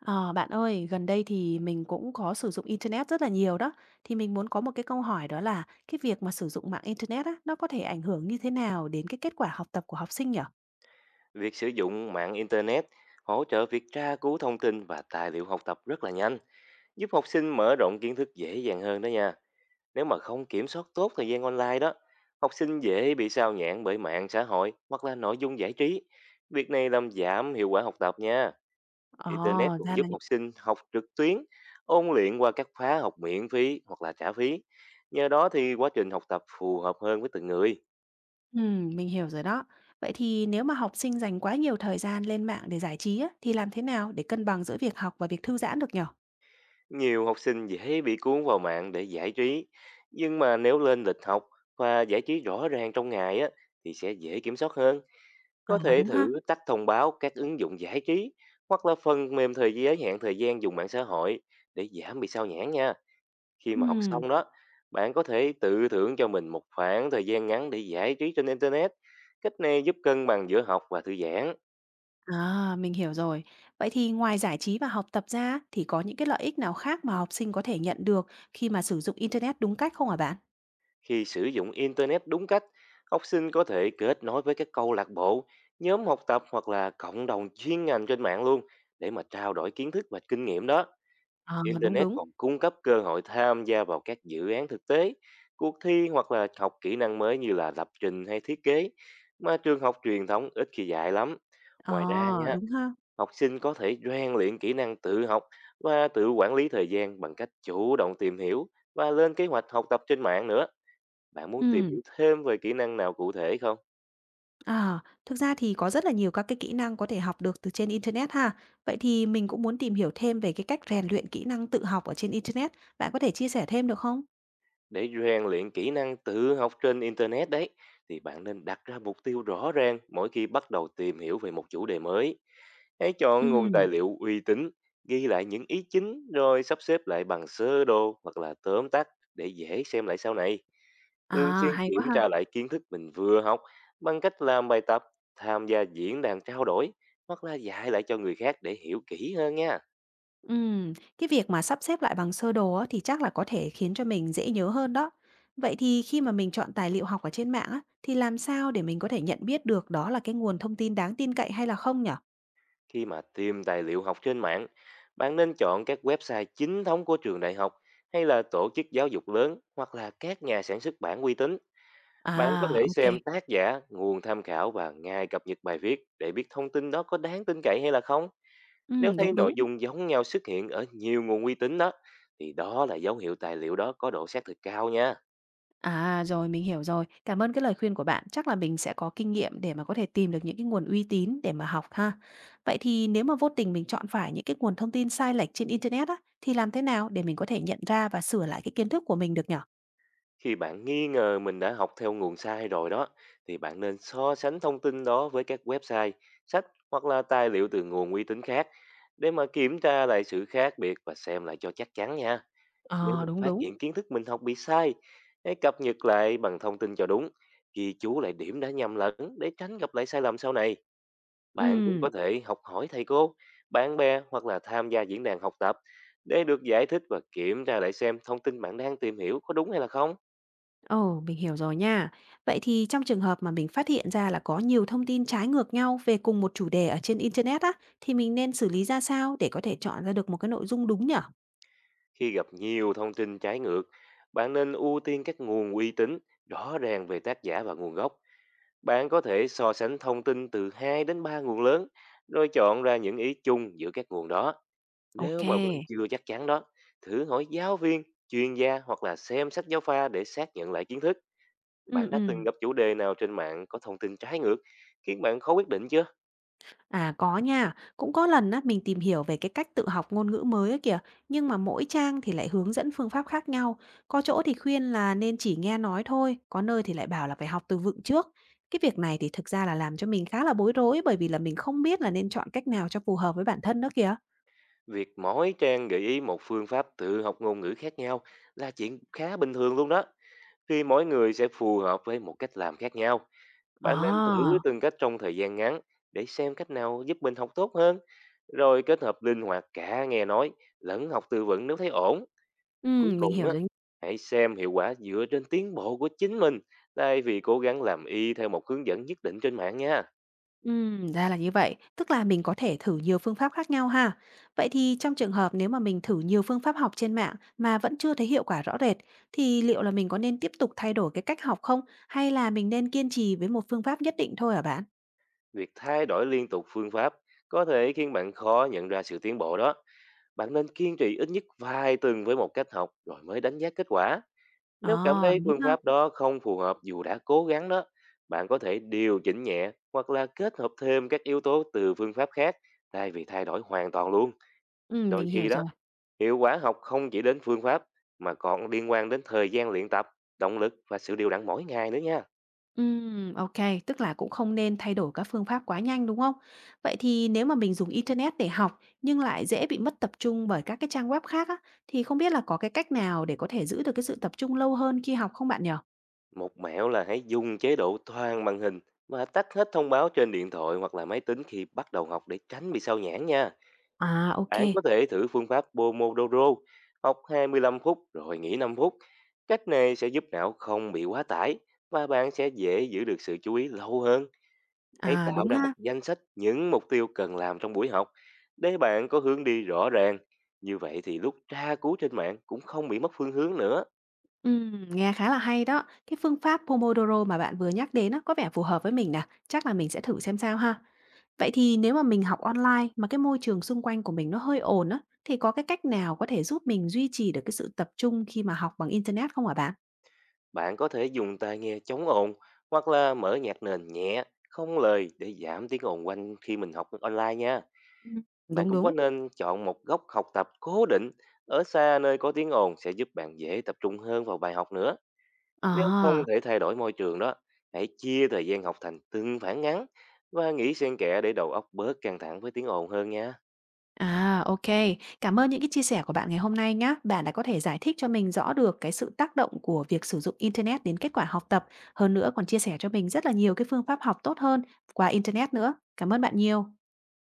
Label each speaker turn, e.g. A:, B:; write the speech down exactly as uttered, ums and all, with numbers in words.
A: Ờ, bạn ơi, gần đây thì mình cũng có sử dụng internet rất là nhiều đó. Thì mình muốn có một cái câu hỏi đó là cái việc mà sử dụng mạng internet á, nó có thể ảnh hưởng như thế nào đến cái kết quả học tập của học sinh nhỉ?
B: Việc sử dụng mạng Internet hỗ trợ việc tra cứu thông tin và tài liệu học tập rất là nhanh, giúp học sinh mở rộng kiến thức dễ dàng hơn đó nha. Nếu mà không kiểm soát tốt thời gian online đó, học sinh dễ bị sao nhãn bởi mạng xã hội hoặc là nội dung giải trí. Việc này làm giảm hiệu quả học tập nha.
A: Ồ,
B: Internet
A: ra
B: còn
A: là
B: giúp
A: như-
B: học sinh học trực tuyến, ôn luyện qua các khóa học miễn phí hoặc là trả phí. Nhờ đó thì quá trình học tập phù hợp hơn với từng người.
A: Ừm, mình hiểu rồi đó. Vậy thì nếu mà học sinh dành quá nhiều thời gian lên mạng để giải trí á, thì làm thế nào để cân bằng giữa việc học và việc thư giãn được nhỉ?
B: Nhiều học sinh dễ bị cuốn vào mạng để giải trí, nhưng mà nếu lên lịch học và giải trí rõ ràng trong ngày á thì sẽ dễ kiểm soát hơn.
A: À,
B: Có thể
A: đúng ha.
B: thử tắt thông báo các ứng dụng giải trí hoặc là phần mềm thời giới hạn thời gian dùng mạng xã hội để giảm bị sao nhãng nha. Khi mà học
A: Ừm.
B: xong đó, bạn có thể tự thưởng cho mình một khoảng thời gian ngắn để giải trí trên internet. Cách này giúp cân bằng giữa học và thư giãn.
A: À, mình hiểu rồi. Vậy thì ngoài giải trí và học tập ra thì có những cái lợi ích nào khác mà học sinh có thể nhận được khi mà sử dụng internet đúng cách không hả bạn?
B: Khi sử dụng Internet đúng cách, học sinh có thể kết nối với các câu lạc bộ, nhóm học tập hoặc là cộng đồng chuyên ngành trên mạng luôn để mà trao đổi kiến thức và kinh nghiệm đó.
A: Ờ, đúng,
B: Internet
A: đúng.
B: còn cung cấp cơ hội tham gia vào các dự án thực tế, cuộc thi hoặc là học kỹ năng mới như là lập trình hay thiết kế mà trường học truyền thống ít khi dạy lắm. Ngoài ra
A: Ờ,
B: nha,
A: đúng ha.
B: học sinh có thể rèn luyện kỹ năng tự học và tự quản lý thời gian bằng cách chủ động tìm hiểu và lên kế hoạch học tập trên mạng nữa. Bạn muốn tìm
A: Ừm,
B: hiểu thêm về kỹ năng nào cụ thể không?
A: à thực ra thì có rất là nhiều các cái kỹ năng có thể học được từ trên internet ha. Vậy thì mình cũng muốn tìm hiểu thêm về cái cách rèn luyện kỹ năng tự học ở trên internet, bạn có thể chia sẻ thêm được không?
B: Để rèn luyện kỹ năng tự học trên Internet đấy, thì bạn nên đặt ra mục tiêu rõ ràng mỗi khi bắt đầu tìm hiểu về một chủ đề mới. Hãy chọn nguồn tài
A: Ừm,
B: liệu uy tín, ghi lại những ý chính rồi sắp xếp lại bằng sơ đồ hoặc là tóm tắt để dễ xem lại sau này. Thường
A: à,
B: xuyên
A: hay
B: kiểm
A: quá ha.
B: tra lại kiến thức mình vừa học bằng cách làm bài tập, tham gia diễn đàn trao đổi hoặc là dạy lại cho người khác để hiểu kỹ hơn nha.
A: Ừm, cái việc mà sắp xếp lại bằng sơ đồ á, thì chắc là có thể khiến cho mình dễ nhớ hơn đó. Vậy thì khi mà mình chọn tài liệu học ở trên mạng á, thì làm sao để mình có thể nhận biết được đó là cái nguồn thông tin đáng tin cậy hay là không nhỉ?
B: Khi mà tìm tài liệu học trên mạng, bạn nên chọn các website chính thống của trường đại học hay là tổ chức giáo dục lớn hoặc là các nhà sản xuất bản uy tín. Bạn có
A: À,
B: thể
A: ok, kê.
B: xem tác giả, nguồn tham khảo và ngay cập nhật bài viết để biết thông tin đó có đáng tin cậy hay là không. Nếu
A: Ừm,
B: thấy
A: đúng,
B: nội
A: đúng.
B: dung giống nhau xuất hiện ở nhiều nguồn uy tín đó, thì đó là dấu hiệu tài liệu đó có độ xác thực cao nha.
A: À, rồi mình hiểu rồi. Cảm ơn cái lời khuyên của bạn. Chắc là mình sẽ có kinh nghiệm để mà có thể tìm được những cái nguồn uy tín để mà học ha. Vậy thì nếu mà vô tình mình chọn phải những cái nguồn thông tin sai lệch trên internet á, thì làm thế nào để mình có thể nhận ra và sửa lại cái kiến thức của mình được nhở?
B: Khi bạn nghi ngờ mình đã học theo nguồn sai rồi đó, thì bạn nên so sánh thông tin đó với các website, sách hoặc là tài liệu từ nguồn uy tín khác để mà kiểm tra lại sự khác biệt và xem lại cho chắc chắn nha. Nếu
A: Ờ,
B: mà
A: đúng,
B: phát
A: đúng.
B: hiện kiến thức mình học bị sai, hãy cập nhật lại bằng thông tin cho đúng, ghi chú lại điểm đã nhầm lẫn để tránh gặp lại sai lầm sau này. Bạn cũng
A: Ừ,
B: có thể học hỏi thầy cô, bạn bè hoặc là tham gia diễn đàn học tập để được giải thích và kiểm tra lại xem thông tin bạn đang tìm hiểu có đúng hay là không.
A: ồ, mình hiểu rồi nha. Vậy thì trong trường hợp mà mình phát hiện ra là có nhiều thông tin trái ngược nhau về cùng một chủ đề ở trên internet á, thì mình nên xử lý ra sao để có thể chọn ra được một cái nội dung đúng nhở?
B: Khi gặp nhiều thông tin trái ngược, bạn nên ưu tiên các nguồn uy tín, rõ ràng về tác giả và nguồn gốc. Bạn có thể so sánh thông tin từ hai đến ba nguồn lớn, rồi chọn ra những ý chung giữa các nguồn đó.
A: Ok.
B: Nếu mà vẫn chưa chắc chắn đó, thử hỏi giáo viên, chuyên gia hoặc là xem sách giáo khoa để xác nhận lại kiến thức.
A: Ừ
B: Bạn đã
A: ừ.
B: từng gặp chủ đề nào trên mạng có thông tin trái ngược, khiến bạn khó quyết định chưa?
A: À có nha, cũng có lần á mình tìm hiểu về cái cách tự học ngôn ngữ mới ấy kìa, nhưng mà mỗi trang thì lại hướng dẫn phương pháp khác nhau. Có chỗ thì khuyên là nên chỉ nghe nói thôi, có nơi thì lại bảo là phải học từ vựng trước. Cái việc này thì thực ra là làm cho mình khá là bối rối bởi vì là mình không biết là nên chọn cách nào cho phù hợp với bản thân nữa kìa.
B: Việc mỗi trang gợi ý một phương pháp tự học ngôn ngữ khác nhau là chuyện khá bình thường luôn đó. Thì mỗi người sẽ phù hợp với một cách làm khác nhau. Bạn nên thử
A: À,
B: từng cách trong thời gian ngắn để xem cách nào giúp mình học tốt hơn. Rồi kết hợp linh hoạt cả nghe nói lẫn học từ vựng nếu thấy ổn.
A: ừ,
B: Cuối
A: mình
B: cùng
A: hiểu
B: á,
A: rồi.
B: hãy xem hiệu quả dựa trên tiến bộ của chính mình thay vì cố gắng làm y theo một hướng dẫn nhất định trên mạng nha.
A: Ừm, ra là như vậy, tức là mình có thể thử nhiều phương pháp khác nhau ha. Vậy thì trong trường hợp nếu mà mình thử nhiều phương pháp học trên mạng mà vẫn chưa thấy hiệu quả rõ rệt, thì liệu là mình có nên tiếp tục thay đổi cái cách học không? Hay là mình nên kiên trì với một phương pháp nhất định thôi hả bạn?
B: Việc thay đổi liên tục phương pháp có thể khiến bạn khó nhận ra sự tiến bộ đó. Bạn nên kiên trì ít nhất vài tuần với một cách học rồi mới đánh giá kết quả.
A: Ờ,
B: Nếu cảm thấy
A: đúng
B: phương
A: ha.
B: pháp đó không phù hợp dù đã cố gắng đó, bạn có thể điều chỉnh nhẹ hoặc là kết hợp thêm các yếu tố từ phương pháp khác thay vì thay đổi hoàn toàn luôn.
A: Ừ,
B: Đôi
A: mình hiểu
B: khi
A: rồi.
B: đó, hiệu quả học không chỉ đến phương pháp mà còn liên quan đến thời gian luyện tập, động lực và sự điều đặn mỗi ngày nữa nha.
A: Ừm, ok, tức là cũng không nên thay đổi các phương pháp quá nhanh đúng không? Vậy thì nếu mà mình dùng internet để học nhưng lại dễ bị mất tập trung bởi các cái trang web khác á, thì không biết là có cái cách nào để có thể giữ được cái sự tập trung lâu hơn khi học không bạn nhỉ?
B: Một mẹo là hãy dùng chế độ toàn màn hình và tắt hết thông báo trên điện thoại hoặc là máy tính khi bắt đầu học để tránh bị sao nhãng nha.
A: À, ok.
B: Bạn có thể thử phương pháp Pomodoro, học hai mươi lăm phút rồi nghỉ năm phút. Cách này sẽ giúp não không bị quá tải và bạn sẽ dễ giữ được sự chú ý lâu hơn. Hãy
A: À,
B: tạo
A: đúng
B: ra một
A: ha.
B: danh sách những mục tiêu cần làm trong buổi học để bạn có hướng đi rõ ràng. Như vậy thì lúc tra cứu trên mạng cũng không bị mất phương hướng nữa.
A: Ừm, nghe khá là hay đó. Cái phương pháp Pomodoro mà bạn vừa nhắc đến á, có vẻ phù hợp với mình nè, chắc là mình sẽ thử xem sao ha. Vậy thì nếu mà mình học online mà cái môi trường xung quanh của mình nó hơi ồn á, thì có cái cách nào có thể giúp mình duy trì được cái sự tập trung khi mà học bằng internet không hả bạn?
B: Bạn có thể dùng tai nghe chống ồn hoặc là mở nhạc nền nhẹ, không lời để giảm tiếng ồn quanh khi mình học online nha.
A: Ừm.
B: Bạn
A: Đúng,
B: cũng có
A: đúng.
B: nên chọn một góc học tập cố định ở xa nơi có tiếng ồn sẽ giúp bạn dễ tập trung hơn vào bài học nữa. Nếu không
A: À.
B: thể thay đổi môi trường đó, hãy chia thời gian học thành từng khoảng ngắn và nghỉ xen kẽ để đầu óc bớt căng thẳng với tiếng ồn hơn nha.
A: À, ok. Cảm ơn những cái chia sẻ của bạn ngày hôm nay nhá. Bạn đã có thể giải thích cho mình rõ được cái sự tác động của việc sử dụng internet đến kết quả học tập, hơn nữa còn chia sẻ cho mình rất là nhiều cái phương pháp học tốt hơn qua internet nữa. Cảm ơn bạn nhiều.